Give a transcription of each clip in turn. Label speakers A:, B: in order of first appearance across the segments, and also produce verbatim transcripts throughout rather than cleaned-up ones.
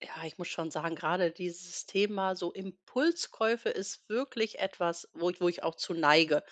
A: Ja, ich muss schon sagen, gerade dieses Thema so Impulskäufe ist wirklich etwas, wo ich wo ich auch zu neige.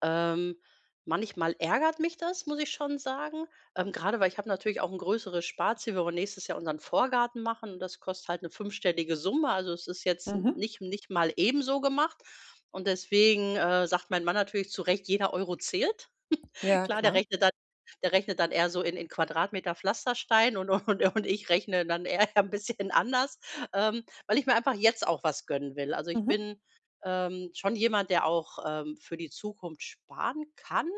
A: Ähm, Manchmal ärgert mich das, muss ich schon sagen, ähm, grade weil ich habe natürlich auch ein größeres Sparziel. Wir wollen nächstes Jahr unseren Vorgarten machen und das kostet halt eine fünfstellige Summe. Also, es ist jetzt n-
B: Mhm.
A: nicht nicht mal ebenso gemacht und deswegen, äh, sagt mein Mann natürlich zu Recht: „Jeder Euro zählt.“
B: Ja,
A: Klar, der
B: klar.
A: rechnet dann der rechnet dann eher so in in Quadratmeter Pflasterstein und und und ich rechne dann eher ein bisschen anders, ähm, weil ich mir einfach jetzt auch was gönnen will. Also, ich
B: Mhm.
A: bin, ähm, schon jemand, der auch, ähm, für die Zukunft sparen kann,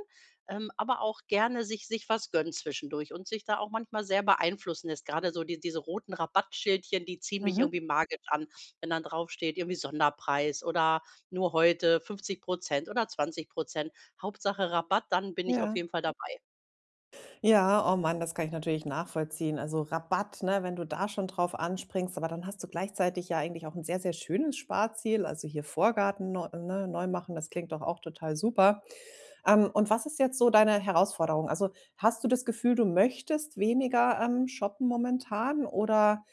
A: ähm, aber auch gerne sich sich was gönnt zwischendurch und sich da auch manchmal sehr beeinflussen lässt. Grade so die diese roten Rabattschildchen, die ziehen mich
B: Mhm.
A: irgendwie magisch an, wenn dann draufsteht irgendwie Sonderpreis oder nur heute fünfzig oder zwanzig, Hauptsache Rabatt, dann bin ich auf
B: Ja.
A: jeden Fall dabei.
B: Ja, oh Mann, das kann ich natürlich nachvollziehen. Also Rabatt, ne, wenn du da schon drauf anspringst, aber dann hast du gleichzeitig ja eigentlich auch ein sehr, sehr schönes Sparziel. Also hier Vorgarten neu, ne, neu machen, das klingt doch auch total super. Ähm, und was ist jetzt so deine Herausforderung? Also, hast du das Gefühl, du möchtest weniger, ähm, shoppen momentan, oder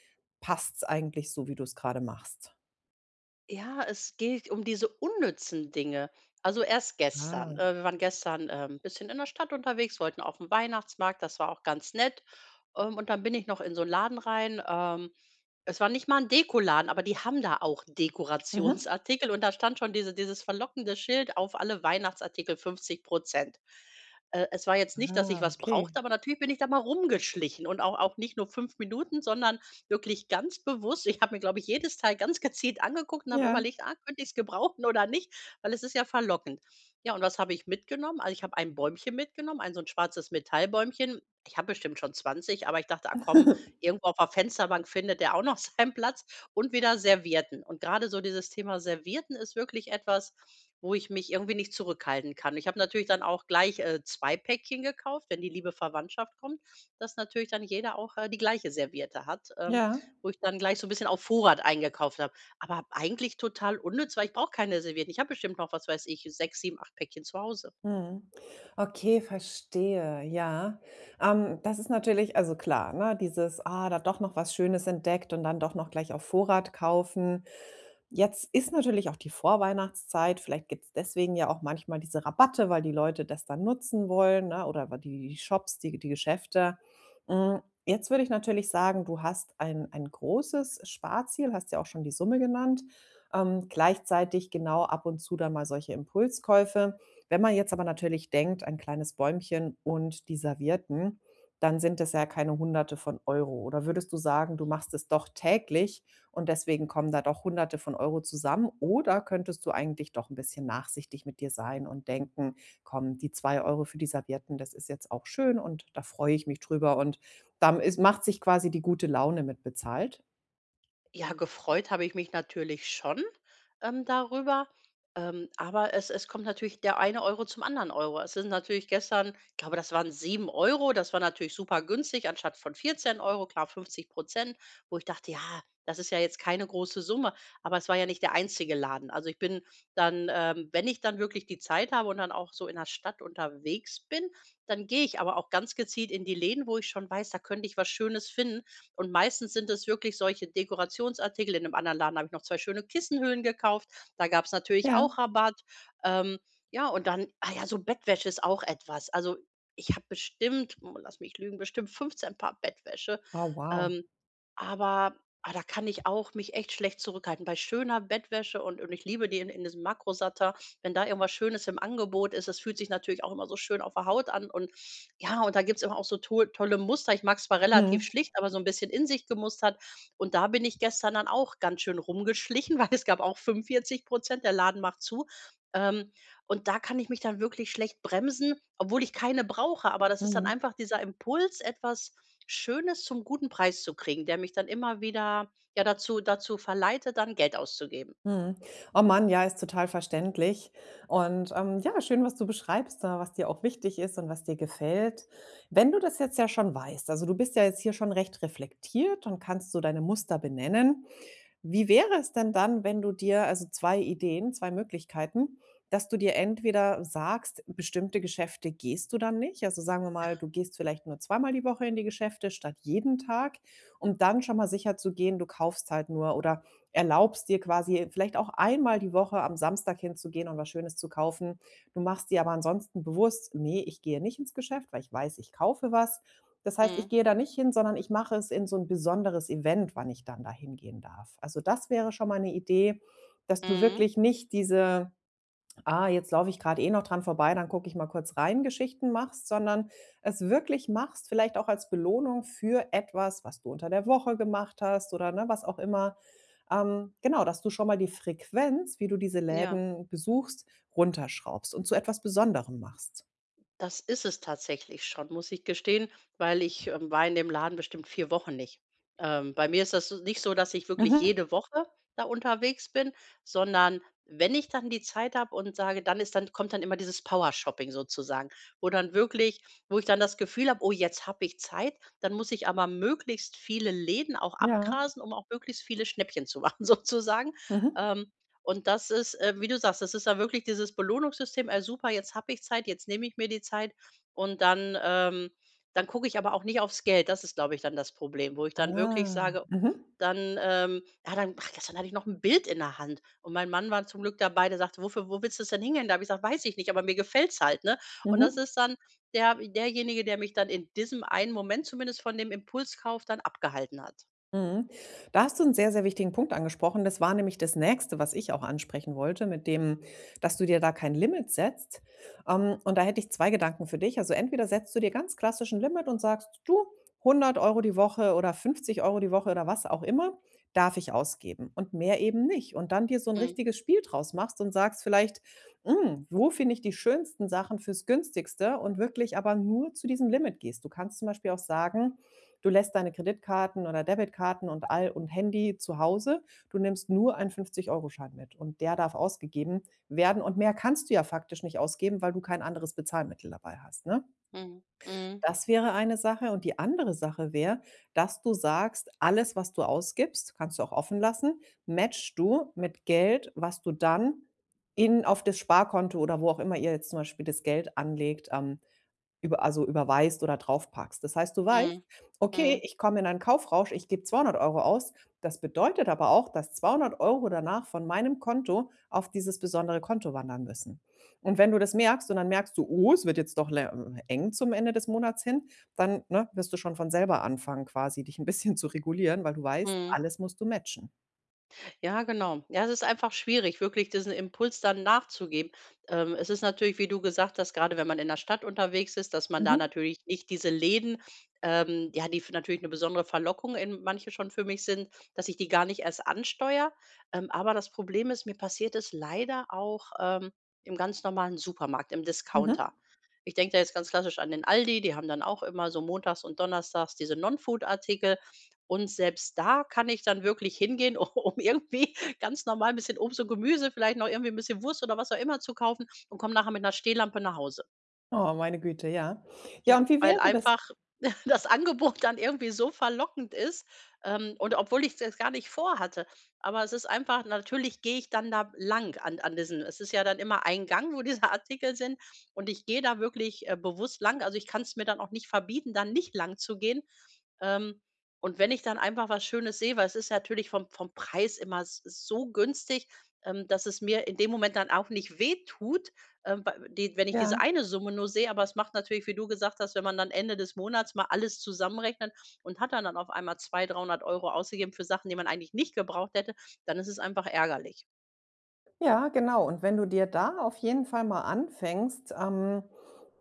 B: passt's eigentlich so, wie du es gerade machst?
A: Ja, es geht um diese unnützen Dinge. Also erst gestern,
B: Ah.
A: äh, wir waren gestern, ähm, 'n bisschen in der Stadt unterwegs, wollten auf den Weihnachtsmarkt, das war auch ganz nett. Ähm, und dann bin ich noch in so einen Laden rein, ähm Es war nicht mal 'n Dekoladen, aber die haben da auch
B: Mhm.
A: Dekorationsartikel und da stand schon diese dieses verlockende Schild: „Auf alle Weihnachtsartikel fünfzig Prozent.“ Äh, es war jetzt nicht, dass ich
B: Ah,
A: was
B: okay.
A: brauchte, aber natürlich bin ich da mal rumgeschlichen, und auch auch nicht nur fünf Minuten, sondern wirklich ganz bewusst. Ich habe mir, glaube ich, jedes Teil ganz gezielt angeguckt und habe
B: Ja.
A: überlegt: „Ah, könnte ich's gebrauchen oder nicht?“ Weil es ist ja verlockend. Ja, und was habe ich mitgenommen? Also, ich habe ein Bäumchen mitgenommen, ein so 'n schwarzes Metallbäumchen. Ich habe bestimmt schon zwanzig, aber ich dachte: „Ah komm, irgendwo auf der Fensterbank findet der auch noch seinen Platz.“ Und wieder Servietten. Und gerade so dieses Thema Servietten ist wirklich etwas, wo ich mich irgendwie nicht zurückhalten kann. Ich habe natürlich dann auch gleich, äh, zwei Päckchen gekauft, wenn die liebe Verwandtschaft kommt, dass natürlich dann jeder auch, äh, die gleiche Serviette hat, ähm,
B: Ja.
A: wo ich dann gleich so ein bisschen auf Vorrat eingekauft habe. Aber eigentlich total unnütz, weil ich brauche keine Servietten. Ich habe bestimmt noch, was weiß ich, sechs, sieben, acht Päckchen zu Hause.
B: Mhm. Okay, verstehe, ja. Ähm, das ist natürlich, also klar, ne, dieses, ah, da doch noch was Schönes entdeckt und dann doch noch gleich auf Vorrat kaufen. Jetzt ist natürlich auch die Vorweihnachtszeit, vielleicht gibt es deswegen ja auch manchmal diese Rabatte, weil die Leute das dann nutzen wollen, ne, oder weil die die Shops, die die Geschäfte. Hm, jetzt würde ich natürlich sagen, du hast ein ein großes Sparziel, hast ja auch schon die Summe genannt, ähm, gleichzeitig genau ab und zu dann mal solche Impulskäufe. Wenn man jetzt aber natürlich denkt, ein kleines Bäumchen und die Servietten, dann sind das ja keine Hunderte von Euro. Oder würdest du sagen, du machst es doch täglich und deswegen kommen da doch Hunderte von Euro zusammen? Oder könntest du eigentlich doch ein bisschen nachsichtig mit dir sein und denken: „Komm, die zwei Euro für die Servietten, das ist jetzt auch schön und da freue ich mich drüber.“ Und dann ist, macht sich quasi die gute Laune mit bezahlt?
A: Ja, gefreut habe ich mich natürlich schon, ähm, darüber, ähm, aber es es kommt natürlich der eine Euro zum anderen Euro. Es sind natürlich gestern, ich glaube, das waren sieben Euro. Das war natürlich super günstig, anstatt von vierzehn Euro, klar, fünfzig Prozent, wo ich dachte: „Ja, das ist ja jetzt keine große Summe.“ Aber es war ja nicht der einzige Laden. Also, ich bin dann, ähm wenn ich dann wirklich die Zeit habe und dann auch so in der Stadt unterwegs bin, dann gehe ich aber auch ganz gezielt in die Läden, wo ich schon weiß, da könnte ich was Schönes finden, und meistens sind es wirklich solche Dekorationsartikel. In einem anderen Laden habe ich noch zwei schöne Kissenhüllen gekauft. Da gab es natürlich
B: Ja.
A: auch Rabatt. Ähm, ja, und dann, ah ja, so Bettwäsche ist auch etwas. Also, ich habe bestimmt, oh, lass mich lügen, bestimmt fünfzehn Paar Bettwäsche.
B: Oh, wow.
A: Ähm, aber ah, da kann ich auch mich echt schlecht zurückhalten. Bei schöner Bettwäsche, und und ich liebe die in in diesem Makrosatter, wenn da irgendwas Schönes im Angebot ist. Es fühlt sich natürlich auch immer so schön auf der Haut an, und ja, und da gibt's immer auch so to tolle Muster. Ich mag's zwar relativ
B: Mhm.
A: schlicht, aber so 'n bisschen in sich gemustert. Und da bin ich gestern dann auch ganz schön rumgeschlichen, weil es gab auch fünfundvierzig Prozent. Der Laden macht zu. Ähm, und da kann ich mich dann wirklich schlecht bremsen, obwohl ich keine brauche. Aber das ist dann
B: Mhm.
A: einfach dieser Impuls, etwas Schönes zum guten Preis zu kriegen, der mich dann immer wieder, ja, dazu dazu verleitet, dann Geld auszugeben.
B: Mhm. Oh Mann, ja, ist total verständlich. Und ähm, ja, schön, was du beschreibst, da, was dir auch wichtig ist und was dir gefällt. Wenn du das jetzt ja schon weißt, also du bist ja jetzt hier schon recht reflektiert und kannst so deine Muster benennen, wie wäre es denn dann, wenn du dir, also zwei Ideen, zwei Möglichkeiten, dass du dir entweder sagst, bestimmte Geschäfte gehst du dann nicht. Also, sagen wir mal, du gehst vielleicht nur zweimal die Woche in die Geschäfte statt jeden Tag, um dann schon mal sicher zu gehen, du kaufst halt nur, oder erlaubst dir quasi vielleicht auch einmal die Woche am Samstag hinzugehen und was Schönes zu kaufen. Du machst dir aber ansonsten bewusst: „Nee, ich gehe nicht ins Geschäft, weil ich weiß, ich kaufe was.“ Das heißt, ich
A: Mhm,
B: gehe da nicht hin, sondern ich mache es in so 'n besonderes Event, wann ich dann da hingehen darf. Also, das wäre schon mal 'ne Idee, dass du
A: mhm.
B: wirklich nicht diese: „Ah, jetzt laufe ich grad eh noch dran vorbei, dann gucke ich mal kurz rein“, Geschichten machst, sondern es wirklich machst, vielleicht auch als Belohnung für etwas, was du unter der Woche gemacht hast, oder, ne, was auch immer. Ähm, genau, dass du schon mal die Frequenz, wie du diese
A: Ja.
B: Läden besuchst, runterschraubst und zu etwas Besonderem machst.
A: Das ist es tatsächlich schon, muss ich gestehen, weil ich, ähm, war in dem Laden bestimmt vier Wochen nicht. Ähm, bei mir ist das so nicht so, dass ich wirklich
B: Mhm.
A: jede Woche da unterwegs bin, sondern wenn ich dann die Zeit habe und sage, dann ist dann kommt dann immer dieses Power-Shopping sozusagen, wo dann wirklich wo ich dann das Gefühl habe: „Oh, jetzt habe ich Zeit.“ Dann muss ich aber möglichst viele Läden auch
B: Ja.
A: abgrasen, um auch möglichst viele Schnäppchen zu machen sozusagen.
B: Mhm.
A: Ähm, und das ist, äh, wie du sagst, das ist dann wirklich dieses Belohnungssystem: „Ey, super, jetzt habe ich Zeit, jetzt nehme ich mir die Zeit, und dann ähm, dann gucke ich aber auch nicht aufs Geld.“ Das ist, glaube ich, dann das Problem, wo ich dann wirklich
B: Ah.
A: sage,
B: Mhm.
A: dann, ähm ja, dann ach, gestern hatte ich noch ein Bild in der Hand, und mein Mann war zum Glück dabei, der sagte: „Wofür wo willst du's denn hingehen?“ Da habe ich gesagt: „Weiß ich nicht, aber mir gefällt's halt“, ne? Und das
B: Mhm.
A: ist dann der derjenige, der mich dann in diesem einen Moment zumindest von dem Impulskauf dann abgehalten hat.
B: Mhm. Da hast du einen sehr, sehr wichtigen Punkt angesprochen. Das war nämlich das Nächste, was ich auch ansprechen wollte, mit dem, dass du dir da kein Limit setzt. Ähm, und da hätte ich zwei Gedanken für dich. Also, entweder setzt du dir ganz klassisch 'n Limit und sagst: „Du, hundert Euro die Woche oder fünfzig Euro die Woche oder was auch immer, darf ich ausgeben und mehr eben nicht.“ Und dann dir so ein
A: Mhm,
B: richtiges Spiel draus machst und sagst vielleicht: „Hm, wo finde ich die schönsten Sachen fürs Günstigste?“, und wirklich aber nur zu diesem Limit gehst. Du kannst zum Beispiel auch sagen, du lässt deine Kreditkarten oder Debitkarten und all und Handy zu Hause. Du nimmst nur einen fünfzig Euro Schein mit und der darf ausgegeben werden und mehr kannst du ja faktisch nicht ausgeben, weil du kein anderes Bezahlmittel dabei hast, ne?
A: mhm, mhm,
B: Das wäre eine Sache und die andere Sache wäre, dass du sagst: „Alles, was du ausgibst, kannst du auch offen lassen, matchst du mit Geld, was du dann in, auf das Sparkonto“, oder wo auch immer ihr jetzt zum Beispiel das Geld anlegt, ähm, über, also, überweist oder draufpackst. Das heißt, du weißt:
A: mhm,
B: „Okay,
A: mhm,
B: ich komme in einen Kaufrausch, ich gebe zweihundert Euro aus.“ Das bedeutet aber auch, dass zweihundert Euro danach von meinem Konto auf dieses besondere Konto wandern müssen. Und wenn du das merkst, und dann merkst du: „Oh, es wird jetzt doch le äh, eng zum Ende des Monats hin“, dann, ne, wirst du schon von selber anfangen, quasi dich ein bisschen zu regulieren, weil du weißt,
A: mhm.
B: alles musst du matchen.
A: Ja, genau. Ja, es ist einfach schwierig, wirklich diesen Impuls dann nachzugeben. Ähm, es ist natürlich, wie du gesagt hast, gerade wenn man in der Stadt unterwegs ist, dass man da
B: Mhm,
A: natürlich nicht diese Läden, ähm, ja, die f- natürlich eine besondere Verlockung in manche schon für mich sind, dass ich die gar nicht erst ansteuere. Ähm, aber das Problem ist, mir passiert es leider auch ähm, im ganz normalen Supermarkt, im
B: mhm.
A: Discounter. Ich denke da jetzt ganz klassisch an den Aldi, die haben dann auch immer so montags und donnerstags diese Non-Food-Artikel. Und selbst da kann ich dann wirklich hingehen, um irgendwie ganz normal ein bisschen Obst und Gemüse, vielleicht noch irgendwie ein bisschen Wurst oder was auch immer zu kaufen, und komme nachher mit einer Stehlampe nach Hause.
B: Oh, meine Güte, ja. Ja,
A: Ja,
B: und wie
A: weil
B: wäre das?
A: einfach das Angebot dann irgendwie so verlockend ist, ähm, und obwohl ich das gar nicht vorhatte. Aber es ist einfach, natürlich gehe ich dann da lang an an diesen, es ist ja dann immer ein Gang, wo diese Artikel sind, und ich gehe da wirklich, äh, bewusst lang. Also, ich kann es mir dann auch nicht verbieten, dann nicht lang zu gehen. Ähm, und wenn ich dann einfach was Schönes sehe, weil es ist natürlich vom vom Preis immer s so günstig, ähm, dass es mir in dem Moment dann auch nicht wehtut, ähm, ba die wenn ich diese
B: Ja.
A: eine Summe nur sehe, aber es macht natürlich, wie du gesagt hast, wenn man dann Ende des Monats mal alles zusammenrechnet und hat dann dann auf einmal zweihundert, dreihundert Euro ausgegeben für Sachen, die man eigentlich nicht gebraucht hätte, dann ist es einfach ärgerlich.
B: Ja, genau. Und wenn du dir da auf jeden Fall mal anfängst, ähm,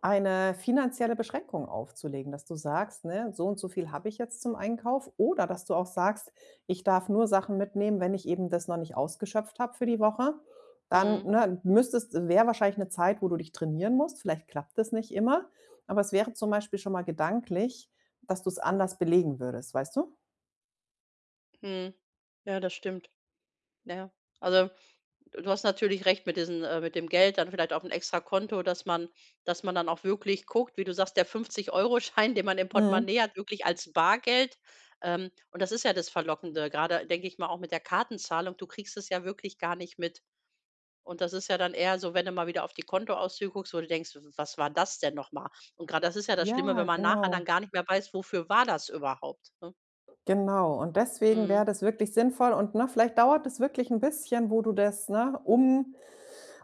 B: eine finanzielle Beschränkung aufzulegen, dass du sagst, ne, so und so viel habe ich jetzt zum Einkauf, oder dass du auch sagst, ich darf nur Sachen mitnehmen, wenn ich eben das noch nicht ausgeschöpft habe für die Woche, dann,
A: Mhm,
B: ne, müsstest, wäre wahrscheinlich eine Zeit, wo du dich trainieren musst. Vielleicht klappt das nicht immer, aber es wäre zum Beispiel schon mal gedanklich, dass du es anders belegen würdest, weißt du?
A: mhm. Ja, das stimmt. Ja. Also, du hast natürlich recht mit diesen äh, mit dem Geld dann vielleicht auf ein extra Konto, dass man dass man dann auch wirklich guckt, wie du sagst, der fünfzig Euro Schein, den man im
B: Mhm.
A: Portemonnaie hat, wirklich als Bargeld. Ähm, und das ist ja das Verlockende. Gerade denke ich mal, auch mit der Kartenzahlung. Du kriegst es ja wirklich gar nicht mit. Und das ist ja dann eher so, wenn du mal wieder auf die Kontoauszüge guckst, wo du denkst: „W was war das denn nochmal?“ Und gerade das ist ja das Schlimme, wenn
B: Ja,
A: man nachher
B: genau.
A: dann gar nicht mehr weiß, wofür war das überhaupt, ne?
B: Genau, und deswegen
A: Mhm,
B: wäre das wirklich sinnvoll und, ne, vielleicht dauert es wirklich ein bisschen, wo du das, ne, um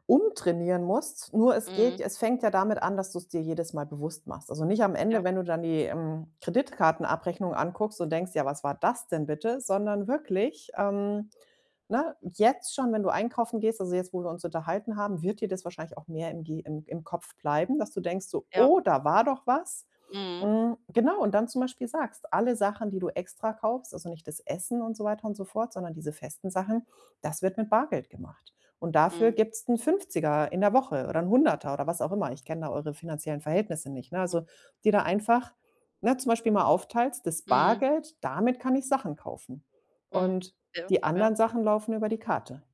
B: umtrainieren musst. Nur es geht,
A: mhm,
B: es fängt ja damit an, dass du es dir jedes Mal bewusst machst. Also, nicht am
A: ja,
B: Ende, wenn du dann die, ähm, Kreditkartenabrechnung anguckst und denkst: „Ja, was war das denn bitte?“, sondern wirklich, ähm, ne, jetzt schon, wenn du einkaufen gehst, also, jetzt, wo wir uns unterhalten haben, wird dir das wahrscheinlich auch mehr im Ge im im Kopf bleiben, dass du denkst so:
A: ja,
B: „Oh, da war doch was.“
A: mhm,
B: Hm, genau, und dann zum Beispiel sagst: „Alle Sachen, die du extra kaufst, also, nicht das Essen und so weiter und so fort, sondern diese festen Sachen, das wird mit Bargeld gemacht.“ Und dafür
A: mhm,
B: gibt's 'n fünfziger in der Woche oder 'n Hunderter oder was auch immer. Ich kenne da eure finanziellen Verhältnisse nicht, ne?
A: mhm,
B: Also, die da einfach, ne, zum Beispiel mal aufteilst, das
A: mhm,
B: Bargeld, damit kann ich Sachen kaufen.
A: mhm,
B: Und
A: ja,
B: die anderen
A: ja.
B: Sachen laufen über die Karte.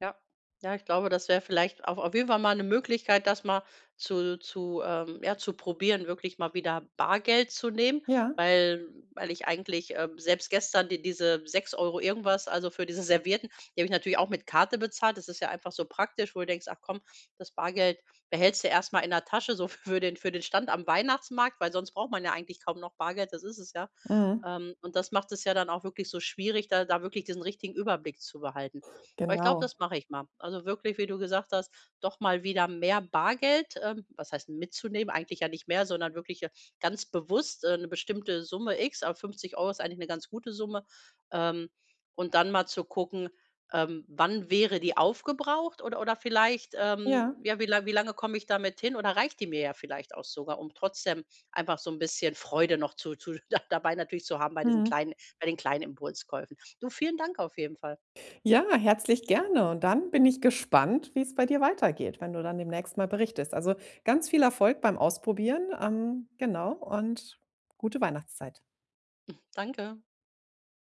A: Ja. Ja, ich glaube, das wäre vielleicht auf auf jeden Fall mal eine Möglichkeit, das mal zu zu ähm, ja, zu probieren, wirklich mal wieder Bargeld zu nehmen,
B: Ja,
A: weil weil ich eigentlich, ähm, selbst gestern die diese sechs Euro irgendwas, also für diese Servietten, die habe ich natürlich auch mit Karte bezahlt. Das ist ja einfach so praktisch, wo du denkst: „Ach komm, das Bargeld behältst du erst mal in der Tasche, so für den für den Stand am Weihnachtsmarkt“, weil sonst braucht man ja eigentlich kaum noch Bargeld, das ist es ja.
B: mhm,
A: Ähm, und das macht es ja dann auch wirklich so schwierig, da da wirklich diesen richtigen Überblick zu behalten. Aber ich glaube,
B: genau.
A: das mache ich mal. Also wirklich, wie du gesagt hast, doch mal wieder mehr Bargeld, ähm, was heißt mitzunehmen, eigentlich ja nicht mehr, sondern wirklich, äh, ganz bewusst, äh, eine bestimmte Summe X, aber fünfzig Euro ist eigentlich eine ganz gute Summe. Ähm, und dann mal zu gucken, ähm, wann wäre die aufgebraucht, oder, oder vielleicht, ähm,
B: Ja,
A: ja, wie, lang, wie lange komme ich damit hin, oder reicht die mir ja vielleicht auch sogar, um trotzdem einfach so ein bisschen Freude noch zu, zu dabei natürlich zu haben bei diesen
B: mhm.
A: kleinen, bei den kleinen Impulskäufen. Du, vielen Dank auf jeden Fall.
B: Ja, herzlich gerne. Und dann bin ich gespannt, wie es bei dir weitergeht, wenn du dann demnächst mal berichtest. Also, ganz viel Erfolg beim Ausprobieren, ähm, genau, und gute Weihnachtszeit.
A: Danke.